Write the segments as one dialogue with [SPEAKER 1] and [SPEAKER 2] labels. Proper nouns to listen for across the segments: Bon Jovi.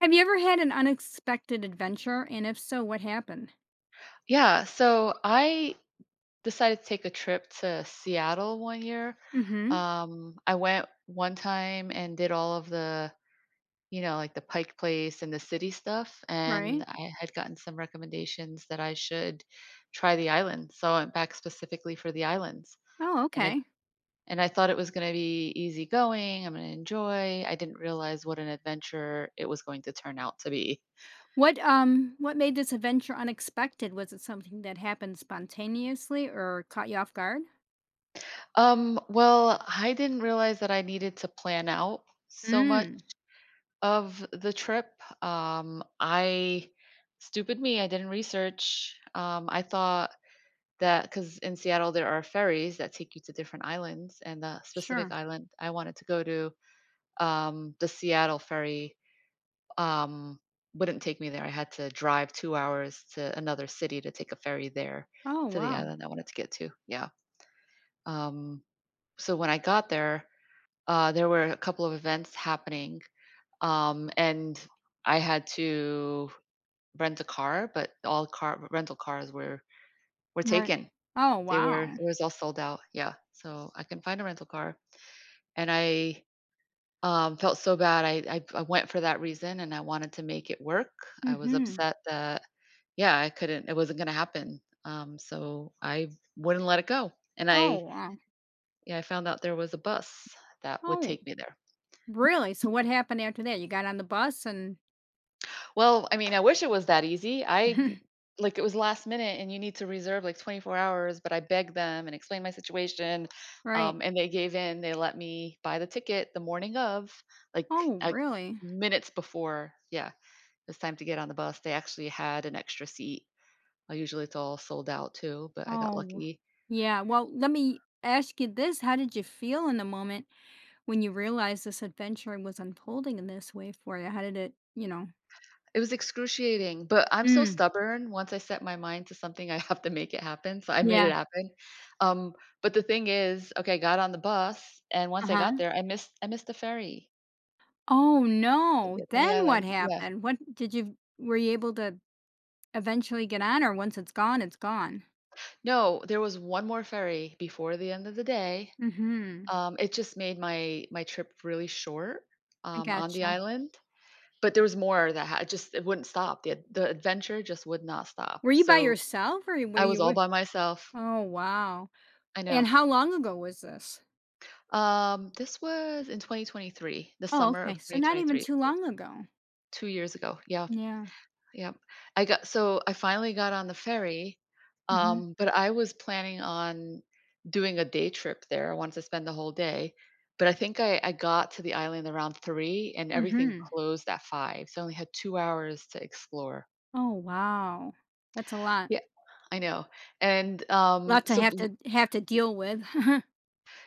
[SPEAKER 1] Have you ever had an unexpected adventure, and if so, what happened?
[SPEAKER 2] Yeah, so I decided to take a trip to Seattle one year.
[SPEAKER 1] Mhm,
[SPEAKER 2] I went one time and did all of the, like the Pike Place and the city stuff, and
[SPEAKER 1] right.
[SPEAKER 2] I had gotten some recommendations that I should try the island. So I went back specifically for the islands,
[SPEAKER 1] Oh,
[SPEAKER 2] and I
[SPEAKER 1] okay.
[SPEAKER 2] and I thought it was going to be easy going. I'm going to enjoy. I didn't realize what an adventure it was going to turn out to be.
[SPEAKER 1] What made this adventure unexpected? Was it something that happened spontaneously or caught you off guard?
[SPEAKER 2] Well, I didn't realize that I needed to plan out so much
[SPEAKER 1] Mm,
[SPEAKER 2] of the trip. I Stupid me, I didn't research. I thought that because in Seattle there are ferries that take you to different islands, and the specific
[SPEAKER 1] sure.
[SPEAKER 2] island I wanted to go to, the Seattle ferry um, wouldn't take me there. I had to drive 2 hours to another city to take a ferry there
[SPEAKER 1] Oh,
[SPEAKER 2] to the
[SPEAKER 1] wow.
[SPEAKER 2] island I wanted to get to. Yeah. Um, so when I got there, there were a couple of events happening, and I had to rent a car, but all car rental cars were
[SPEAKER 1] Right.
[SPEAKER 2] taken.
[SPEAKER 1] Oh,
[SPEAKER 2] They were it
[SPEAKER 1] wow.
[SPEAKER 2] was all sold out. Yeah. So I couldn't find a rental car. And I Felt so bad. I went for that reason and I wanted to make it work. I was
[SPEAKER 1] Mhm.
[SPEAKER 2] upset that yeah, I couldn't it wasn't gonna happen. So I wouldn't let it go. And
[SPEAKER 1] Oh,
[SPEAKER 2] I
[SPEAKER 1] wow.
[SPEAKER 2] yeah, I found out there was a bus that would
[SPEAKER 1] Oh,
[SPEAKER 2] take me there.
[SPEAKER 1] really? So what happened after that? You got on the bus and
[SPEAKER 2] Well, I mean, I wish it was that easy. I like it was last minute and you need to reserve like 24 hours, but I begged them and explained my situation.
[SPEAKER 1] Right.
[SPEAKER 2] And they gave in. They let me buy the ticket the morning of, like,
[SPEAKER 1] Oh,
[SPEAKER 2] like
[SPEAKER 1] really?
[SPEAKER 2] minutes before. Yeah, it was time to get on the bus. They actually had an extra seat. Usually it's all sold out too, but I got
[SPEAKER 1] Oh,
[SPEAKER 2] lucky.
[SPEAKER 1] yeah. Well, let me ask you this. How did you feel in the moment when you realized this adventure was unfolding in this way for you, how did it?
[SPEAKER 2] It was excruciating, but I'm so
[SPEAKER 1] Mm,
[SPEAKER 2] stubborn, once I set my mind to something, I have to make it happen, so I made
[SPEAKER 1] yeah,
[SPEAKER 2] it happen, um, but the thing is, okay, I got on the bus, and once I got
[SPEAKER 1] uh-huh.
[SPEAKER 2] there, I missed the ferry
[SPEAKER 1] Oh,
[SPEAKER 2] to
[SPEAKER 1] no,
[SPEAKER 2] get to the
[SPEAKER 1] then what
[SPEAKER 2] island, yeah.
[SPEAKER 1] happened? What did you Were you able to eventually get on, or once it's gone, it's gone?
[SPEAKER 2] No, there was 1 more ferry before the end of the day,
[SPEAKER 1] Mhm,
[SPEAKER 2] it just made my trip really short,
[SPEAKER 1] I
[SPEAKER 2] on the
[SPEAKER 1] gotcha.
[SPEAKER 2] island, but there was more that ha just it wouldn't stop, the adventure just would not stop,
[SPEAKER 1] Were you by
[SPEAKER 2] so
[SPEAKER 1] yourself or were
[SPEAKER 2] I was
[SPEAKER 1] you
[SPEAKER 2] all
[SPEAKER 1] with?
[SPEAKER 2] by myself.
[SPEAKER 1] Oh, wow,
[SPEAKER 2] I
[SPEAKER 1] and
[SPEAKER 2] know.
[SPEAKER 1] how long ago was this?
[SPEAKER 2] This was in 2023, the
[SPEAKER 1] Oh,
[SPEAKER 2] summer
[SPEAKER 1] okay,
[SPEAKER 2] of
[SPEAKER 1] so not even
[SPEAKER 2] 2023,
[SPEAKER 1] too
[SPEAKER 2] so
[SPEAKER 1] long ago.
[SPEAKER 2] 2 years ago. Yeah,
[SPEAKER 1] Yeah,
[SPEAKER 2] yeah. I got so I finally got on the ferry,
[SPEAKER 1] mhm,
[SPEAKER 2] but I was planning on doing a day trip there. I wanted to spend the whole day, but I think I got to the island around 3 and everything
[SPEAKER 1] mhm.
[SPEAKER 2] closed at 5, so I only had 2 hours to explore.
[SPEAKER 1] Oh, wow, that's a lot.
[SPEAKER 2] Yeah, I know, and,
[SPEAKER 1] Lot to
[SPEAKER 2] so
[SPEAKER 1] have to deal with.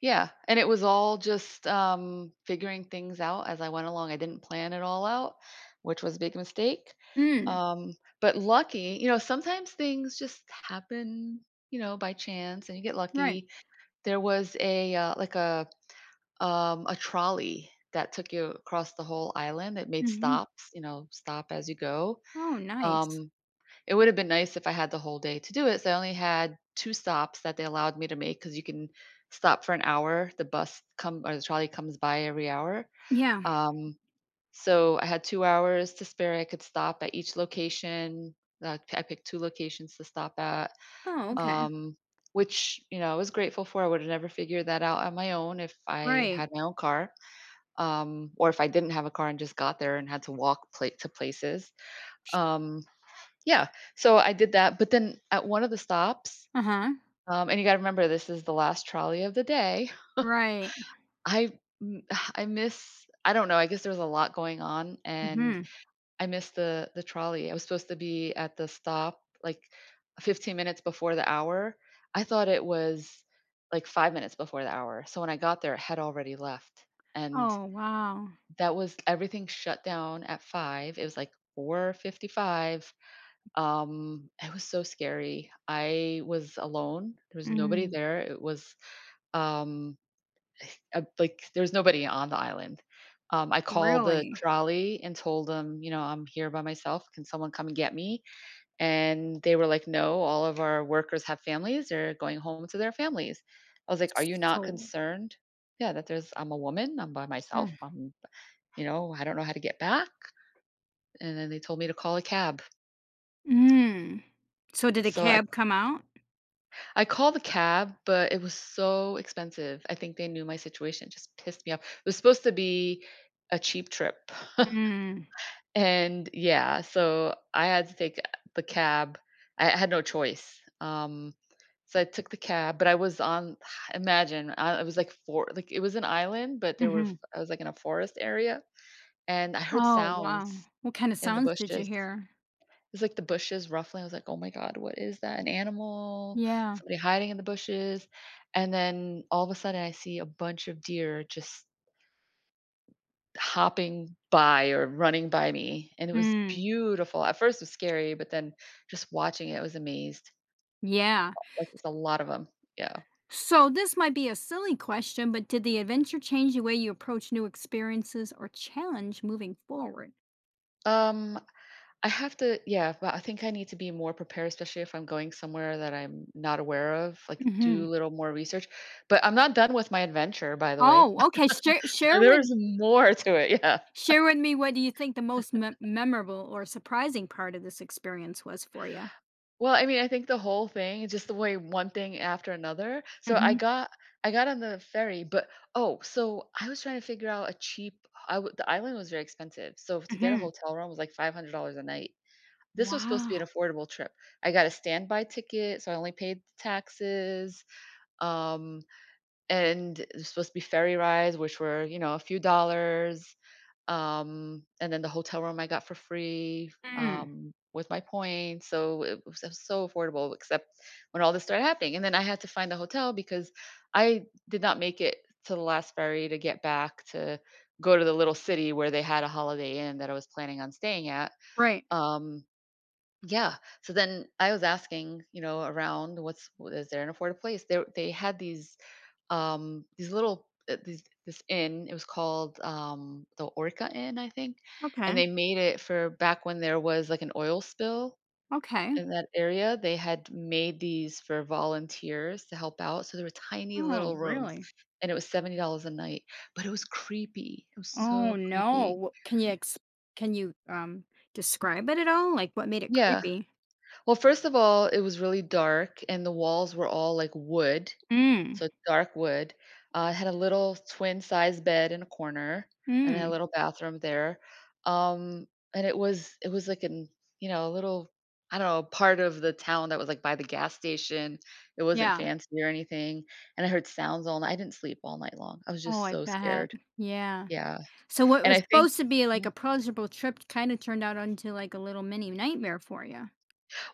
[SPEAKER 2] yeah, and it was all just, figuring things out as I went along. I didn't plan it all out, which was a big mistake.
[SPEAKER 1] Mm,
[SPEAKER 2] Um, but lucky, you know, sometimes things just happen, you know, by chance and you get
[SPEAKER 1] right.
[SPEAKER 2] lucky. There was a trolley that took you across the whole island. It made
[SPEAKER 1] Mhm.
[SPEAKER 2] stops, you know, stop as you go.
[SPEAKER 1] Oh, nice.
[SPEAKER 2] Um it would have been nice if I had the whole day to do it, so I only had 2 stops that they allowed me to make because you can stop for an hour. The bus come or the trolley comes by every hour.
[SPEAKER 1] Yeah.
[SPEAKER 2] Um, so I had 2 hours to spare. I could stop at each location. I picked 2 locations to stop at,
[SPEAKER 1] Oh, okay.
[SPEAKER 2] um, which, you know, I was grateful for. I would have never figured that out on my own if I
[SPEAKER 1] Right.
[SPEAKER 2] had my own car, or if I didn't have a car and just got there and had to walk pla to places. Um yeah, so I did that, but then at one of the stops,
[SPEAKER 1] Uh-huh.
[SPEAKER 2] and you gotta remember this is the last trolley of the day,
[SPEAKER 1] Right.
[SPEAKER 2] I m I miss I don't know, I guess there was a lot going on, and
[SPEAKER 1] Mhm.
[SPEAKER 2] I missed the trolley. I was supposed to be at the stop, like, 15 minutes before the hour. I thought it was, like, 5 minutes before the hour, so when I got there, it had already left, and
[SPEAKER 1] Oh, wow.
[SPEAKER 2] that was everything shut down at 5, it was, like, 4:55. It was so scary. I was alone. There was nobody
[SPEAKER 1] Mm.
[SPEAKER 2] there. It was, um, like there was nobody on the island. I called the
[SPEAKER 1] Really?
[SPEAKER 2] trolley and told them, you know, I'm here by myself. Can someone come and get me? And they were like, no, all of our workers have families. They're going home to their families. I was like, are you not
[SPEAKER 1] So
[SPEAKER 2] concerned? Yeah, that there's, I'm a woman. I'm by
[SPEAKER 1] uh,
[SPEAKER 2] myself. I'm, you know, I don't know how to get back. And then they told me to call a cab.
[SPEAKER 1] mm. So did a
[SPEAKER 2] So
[SPEAKER 1] cab come out?
[SPEAKER 2] I called the cab, but it was so expensive. I think they knew my situation. It just pissed me off. It was supposed to be a cheap trip.
[SPEAKER 1] Mm.
[SPEAKER 2] And yeah, so I had to take the cab. I had no choice. So I took the cab, but I was on imagine, I, it was like for like it was an island, but there were
[SPEAKER 1] Mhm.
[SPEAKER 2] I was like in a forest area and I heard
[SPEAKER 1] Oh, wow.
[SPEAKER 2] sounds
[SPEAKER 1] What kinda
[SPEAKER 2] in the
[SPEAKER 1] sounds did you
[SPEAKER 2] bushes
[SPEAKER 1] hear?
[SPEAKER 2] was like the bushes ruffling. I was like, "Oh my god, what is that? An animal?
[SPEAKER 1] Yeah.
[SPEAKER 2] Somebody hiding in the bushes?" And then all of a sudden, I see a bunch of deer just hopping by or running by me, and it was
[SPEAKER 1] Mm.
[SPEAKER 2] beautiful. At first, it was scary, but then just watching it, I was amazed.
[SPEAKER 1] Yeah.
[SPEAKER 2] Like, there's a lot of them. Yeah.
[SPEAKER 1] So this might be a silly question, but did the adventure change the way you approach new experiences or challenge moving forward?
[SPEAKER 2] Um, I have to, yeah, but I think I need to be more prepared, especially if I'm going somewhere that I'm not aware of, like do a
[SPEAKER 1] Mhm.
[SPEAKER 2] little more research. But I'm not done with my adventure, by the way.
[SPEAKER 1] Oh, okay. Share share
[SPEAKER 2] There
[SPEAKER 1] with.
[SPEAKER 2] was more to it. Yeah.
[SPEAKER 1] Share with me, what do you think the most memorable or surprising part of this experience was for you?
[SPEAKER 2] Well, I mean, I think the whole thing, it's just the way one thing after another. So I
[SPEAKER 1] Mhm,
[SPEAKER 2] got I got on the ferry, but oh, so I was trying to figure out a cheap. I w- the island was very expensive, so to get a
[SPEAKER 1] mhm.
[SPEAKER 2] hotel room was like $500 a night. This was supposed to be
[SPEAKER 1] Wow.
[SPEAKER 2] an affordable trip. I got a standby ticket, so I only paid the taxes. Um, and it was supposed to be ferry rides, which were you know a few dollars. And then the hotel room I got for free,
[SPEAKER 1] Mm,
[SPEAKER 2] with my points. So it was so affordable, except when all this started happening. And then I had to find a hotel because I did not make it to the last ferry to get back to go to the little city where they had a Holiday Inn that I was planning on staying at.
[SPEAKER 1] right.
[SPEAKER 2] Um, yeah. So then I was asking, you know, around what's is there an affordable place? There they had these little these this inn it was called the Orca Inn, I think, and
[SPEAKER 1] Okay,
[SPEAKER 2] they made it for back when there was like an oil spill
[SPEAKER 1] okay.
[SPEAKER 2] in that area. They had made these for volunteers to help out, so there were tiny
[SPEAKER 1] Oh,
[SPEAKER 2] little rooms,
[SPEAKER 1] really?
[SPEAKER 2] and it was $70 a night, but it was creepy. It was
[SPEAKER 1] Oh,
[SPEAKER 2] so creepy.
[SPEAKER 1] no. Wh Can you ex can you describe it at all? Like, what made it
[SPEAKER 2] Yeah,
[SPEAKER 1] creepy?
[SPEAKER 2] well, first of all, it was really dark and the walls were all like wood.
[SPEAKER 1] Mm,
[SPEAKER 2] So it's dark wood. It had a little twin-sized bed in a corner and then a
[SPEAKER 1] mm,
[SPEAKER 2] little bathroom there. Um, and it was like in, you know, a little I don't know, part of the town that was like by the gas station. It wasn't
[SPEAKER 1] yeah.
[SPEAKER 2] fancy or anything. And I heard sounds all night. I didn't sleep all night long. I was
[SPEAKER 1] Oh,
[SPEAKER 2] just
[SPEAKER 1] I
[SPEAKER 2] so
[SPEAKER 1] bet.
[SPEAKER 2] scared.
[SPEAKER 1] Yeah.
[SPEAKER 2] Yeah.
[SPEAKER 1] So what
[SPEAKER 2] And
[SPEAKER 1] was
[SPEAKER 2] I think
[SPEAKER 1] supposed to be, like, a pleasurable trip kinda turned out into, like, a little mini nightmare for you.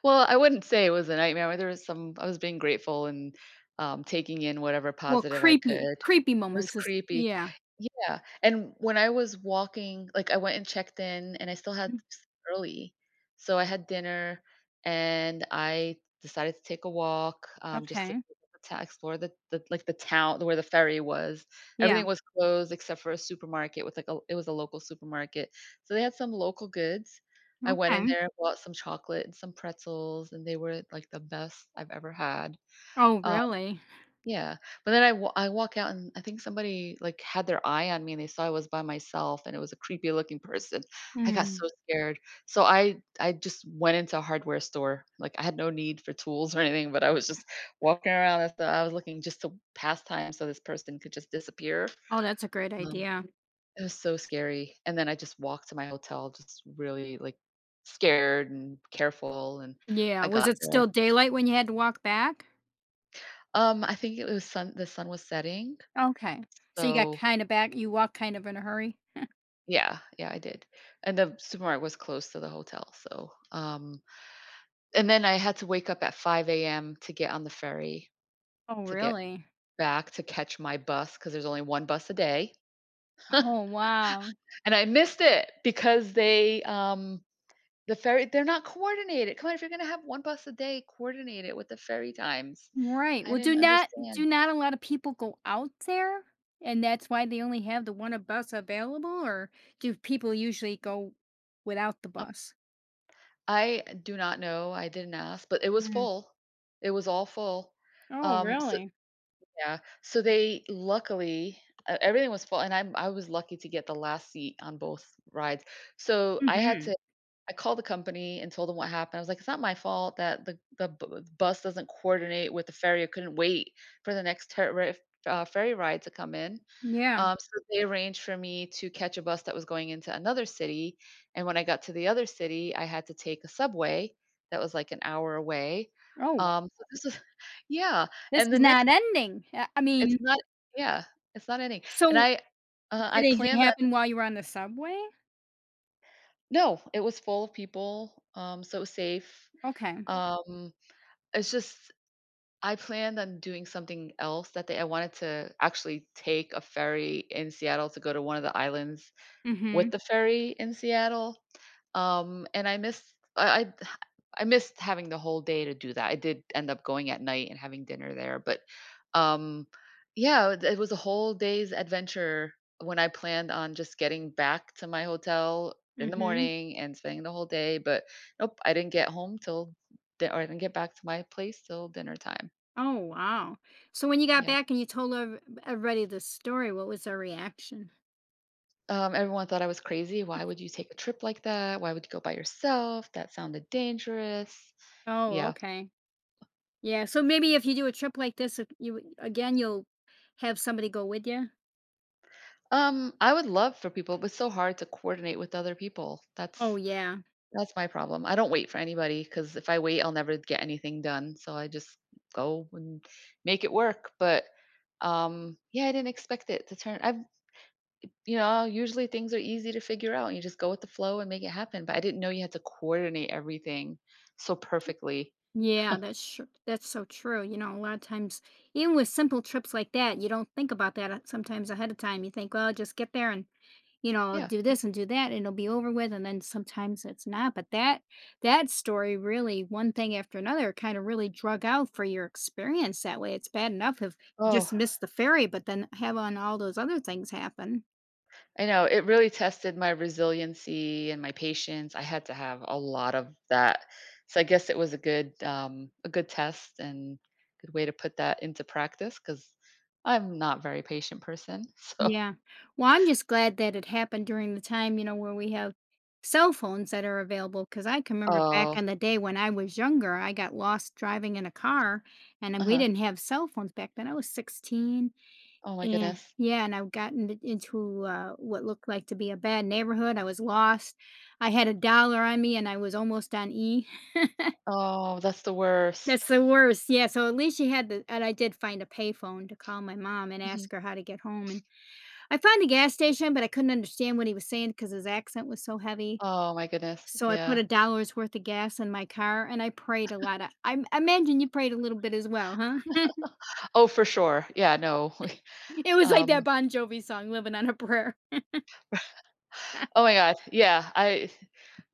[SPEAKER 2] well, I wouldn't say it was a nightmare, there was some I was being grateful and, taking in whatever
[SPEAKER 1] Well,
[SPEAKER 2] positive I could.
[SPEAKER 1] creepy
[SPEAKER 2] It
[SPEAKER 1] creepy
[SPEAKER 2] was
[SPEAKER 1] moments is,
[SPEAKER 2] creepy.
[SPEAKER 1] yeah.
[SPEAKER 2] Yeah, and when I was walking like, I went and checked in, and I still had s early, so I had dinner, and I decided to take a walk, just
[SPEAKER 1] Okay.
[SPEAKER 2] to explore the like, the town where the ferry was.
[SPEAKER 1] Yeah.
[SPEAKER 2] Everything was closed except for a supermarket with, like, a it was a local supermarket, so they had some local goods. I went in
[SPEAKER 1] Okay.
[SPEAKER 2] there and bought some chocolate and some pretzels, and they were, like, the best I've ever had.
[SPEAKER 1] Oh,
[SPEAKER 2] Um,
[SPEAKER 1] really?
[SPEAKER 2] yeah, but then I walk out, and I think somebody, like, had their eye on me, and they saw I was by myself, and it was a creepy looking person. I got
[SPEAKER 1] Mm.
[SPEAKER 2] so scared. So I just went into a hardware store. Like, I had no need for tools or anything, but I was just walking around as I was looking just to pass time so this person could just disappear.
[SPEAKER 1] Oh, that's a great
[SPEAKER 2] Um
[SPEAKER 1] idea.
[SPEAKER 2] it was so scary, and then I just walked to my hotel just really, like, scared and careful, and
[SPEAKER 1] Yeah.
[SPEAKER 2] I
[SPEAKER 1] Was
[SPEAKER 2] got
[SPEAKER 1] it
[SPEAKER 2] there.
[SPEAKER 1] still daylight when you had to walk back?
[SPEAKER 2] I think it was sun the sun was setting,
[SPEAKER 1] Okay. So you got
[SPEAKER 2] so
[SPEAKER 1] kind of back, you walked kind of in a hurry?
[SPEAKER 2] yeah, yeah, I did, and the supermarket was close to the hotel, so, and then I had to wake up at 5 a.m. to get on the ferry,
[SPEAKER 1] Oh,
[SPEAKER 2] to get
[SPEAKER 1] really?
[SPEAKER 2] back, to catch my bus because there's only 1 bus a day,
[SPEAKER 1] Oh, wow.
[SPEAKER 2] and I missed it because they. The ferry they're not coordinated. Come on, if you're gonna have 1 bus a day, coordinate it with the ferry times.
[SPEAKER 1] Right.
[SPEAKER 2] I
[SPEAKER 1] Well, do
[SPEAKER 2] didn't understand.
[SPEAKER 1] not a lot of people go out there? And that's why they only have the one a bus available, or do people usually go without the
[SPEAKER 2] Um,
[SPEAKER 1] bus?
[SPEAKER 2] I do not know, I didn't ask, but it was
[SPEAKER 1] Mm.
[SPEAKER 2] full. It was all full.
[SPEAKER 1] Oh,
[SPEAKER 2] So
[SPEAKER 1] really?
[SPEAKER 2] yeah, so they luckily e everything was full, and I was lucky to get the last seat on both rides. So, I had
[SPEAKER 1] Mm-hmm.
[SPEAKER 2] to I called the company and told them what happened. I was like, "It's not my fault that the bu bus doesn't coordinate with the ferry. I couldn't wait for the next ter ferry ride to come in."
[SPEAKER 1] Yeah.
[SPEAKER 2] So they arranged for me to catch a bus that was going into another city, and when I got to the other city, I had to take a subway that was, like, an hour away.
[SPEAKER 1] Oh, wow.
[SPEAKER 2] So this is yeah,
[SPEAKER 1] This
[SPEAKER 2] and
[SPEAKER 1] is
[SPEAKER 2] the next
[SPEAKER 1] not ending. I
[SPEAKER 2] it's
[SPEAKER 1] mean.
[SPEAKER 2] not yeah, it's not ending, and
[SPEAKER 1] So,
[SPEAKER 2] I
[SPEAKER 1] did anything
[SPEAKER 2] planned on
[SPEAKER 1] happen while you were on the subway?
[SPEAKER 2] no, it was full of people, so it was safe.
[SPEAKER 1] Okay.
[SPEAKER 2] Um It's just I planned on doing something else that day. I wanted to actually take a ferry in Seattle to go to one of the islands
[SPEAKER 1] Mhm.
[SPEAKER 2] with the ferry in Seattle, and I missed having the whole day to do that. I did end up going at night and having dinner there, but, um, yeah, it was a whole day's adventure when I planned on just getting back to my hotel in the
[SPEAKER 1] Mhm.
[SPEAKER 2] morning and spending the whole day, but nope, I didn't get home till di or I didn't get back to my place till dinner time.
[SPEAKER 1] Oh, wow. So, when you got
[SPEAKER 2] Yeah.
[SPEAKER 1] back and you told ev everybody the story, what was their reaction?
[SPEAKER 2] Everyone thought I was crazy. "Why would you take a trip like that? Why would you go by yourself? That sounded dangerous."
[SPEAKER 1] Oh,
[SPEAKER 2] Yeah.
[SPEAKER 1] okay. Yeah, so maybe if you do a trip like this, if you again, you'll have somebody go with you?
[SPEAKER 2] I would love for people, but it's so hard to coordinate with other people.
[SPEAKER 1] Oh,
[SPEAKER 2] That's
[SPEAKER 1] yeah.
[SPEAKER 2] that's my problem. I don't wait for anybody because if I wait, I'll never get anything done. So I just go and make it work. But yeah, I didn't expect it to turn. I've You know, usually things are easy to figure out. You just go with the flow and make it happen. But I didn't know you had to coordinate everything so perfectly.
[SPEAKER 1] Yeah, that's so true, you know. A lot of times, even with simple trips like that, you don't think about that, sometimes ahead of time, you think, "Well, just get there and" you know,
[SPEAKER 2] Yeah.
[SPEAKER 1] do this and do that and it'll be over with, and then sometimes it's not. But that story, really one thing after another, kind of really drug out for your experience that way. It's bad enough if you
[SPEAKER 2] Oh.
[SPEAKER 1] just miss the ferry, but then having all those other things happen.
[SPEAKER 2] I know it really tested my resiliency and my patience. I had to have a lot of that. So I guess it was a good test and good way to put that into practice because I'm not a very patient person. So
[SPEAKER 1] Yeah. Well, I'm just glad that it happened during the time, you know, where we have cell phones that are available, because I can remember back
[SPEAKER 2] oh,
[SPEAKER 1] in the day when I was younger, I got lost driving in a car, and then we
[SPEAKER 2] uh-huh.
[SPEAKER 1] didn't have cell phones back then. I was 16.
[SPEAKER 2] Oh my
[SPEAKER 1] And
[SPEAKER 2] goodness.
[SPEAKER 1] yeah, and I've gotten it into, what looked like to be a bad neighborhood. I was lost, I had a dollar on me, and I was almost on E.
[SPEAKER 2] Oh, that's the
[SPEAKER 1] That's
[SPEAKER 2] worst.
[SPEAKER 1] the worst, yeah, so at least she had the, and I did find a payphone to call my mom and
[SPEAKER 2] Mhm.
[SPEAKER 1] ask her how to get home. And I found a gas station, but I couldn't understand what he was saying because his accent was so heavy,
[SPEAKER 2] Oh my goodness.
[SPEAKER 1] so I put
[SPEAKER 2] Yeah.
[SPEAKER 1] a dollar's worth of gas in my car and I prayed a lot. I imagine you prayed a little bit as well, huh?
[SPEAKER 2] Oh, for sure. Yeah. No.
[SPEAKER 1] It was like that
[SPEAKER 2] um,
[SPEAKER 1] Bon Jovi song, "Living on a Prayer."
[SPEAKER 2] Oh my god, yeah, I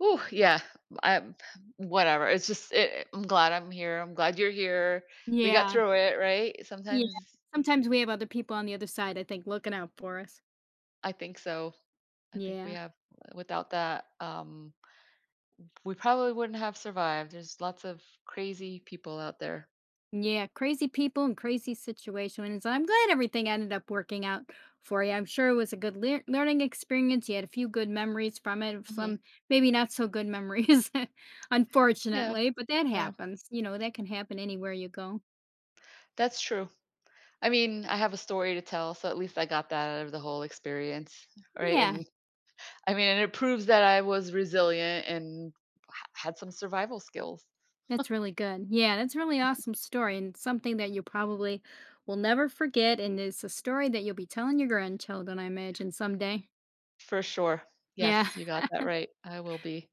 [SPEAKER 2] Ooh, yeah, I'm whatever, it's just it I'm glad I'm here, I'm glad you're here, we got
[SPEAKER 1] Yeah.
[SPEAKER 2] through it, right?
[SPEAKER 1] Yeah,
[SPEAKER 2] Sometimes
[SPEAKER 1] sometimes we have other people on the other side, I think, looking out for us.
[SPEAKER 2] I think so, I think we
[SPEAKER 1] Yeah,
[SPEAKER 2] have without that, we probably wouldn't have survived, there's lots of crazy people out there.
[SPEAKER 1] yeah, crazy people and crazy situations. I'm glad everything ended up working out for you. I'm sure it was a good learning experience. You had a few good memories from it,
[SPEAKER 2] Mhm,
[SPEAKER 1] some maybe not so good memories,
[SPEAKER 2] yeah,
[SPEAKER 1] unfortunately, but that
[SPEAKER 2] yeah,
[SPEAKER 1] happens. You know, that can happen anywhere you go.
[SPEAKER 2] that's true. I mean, I have a story to tell, so at least I got that out of the whole experience, right?
[SPEAKER 1] Yeah,
[SPEAKER 2] I mean, and it proves that I was resilient and ha had some survival skills.
[SPEAKER 1] that's really good. Yeah, that's a really awesome story and something that you probably will never forget. And it's a story that you'll be telling your grandchildren, I imagine, someday.
[SPEAKER 2] For sure.
[SPEAKER 1] Yeah.
[SPEAKER 2] Yes, you got that right. I will be.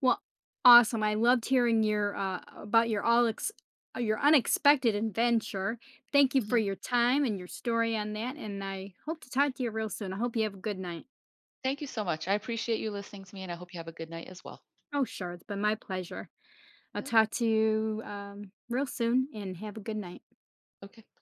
[SPEAKER 1] Well, awesome. I loved hearing your about your your unexpected adventure. Thank you for
[SPEAKER 2] Mhm.
[SPEAKER 1] your time and your story on that. And I hope to talk to you real soon. I hope you have a good night.
[SPEAKER 2] Thank you so much. I appreciate you listening to me, and I hope you have a good night as well.
[SPEAKER 1] Oh, sure. It's been my pleasure. I'll
[SPEAKER 2] Yep.
[SPEAKER 1] talk to you real soon and have a good night.
[SPEAKER 2] Okay.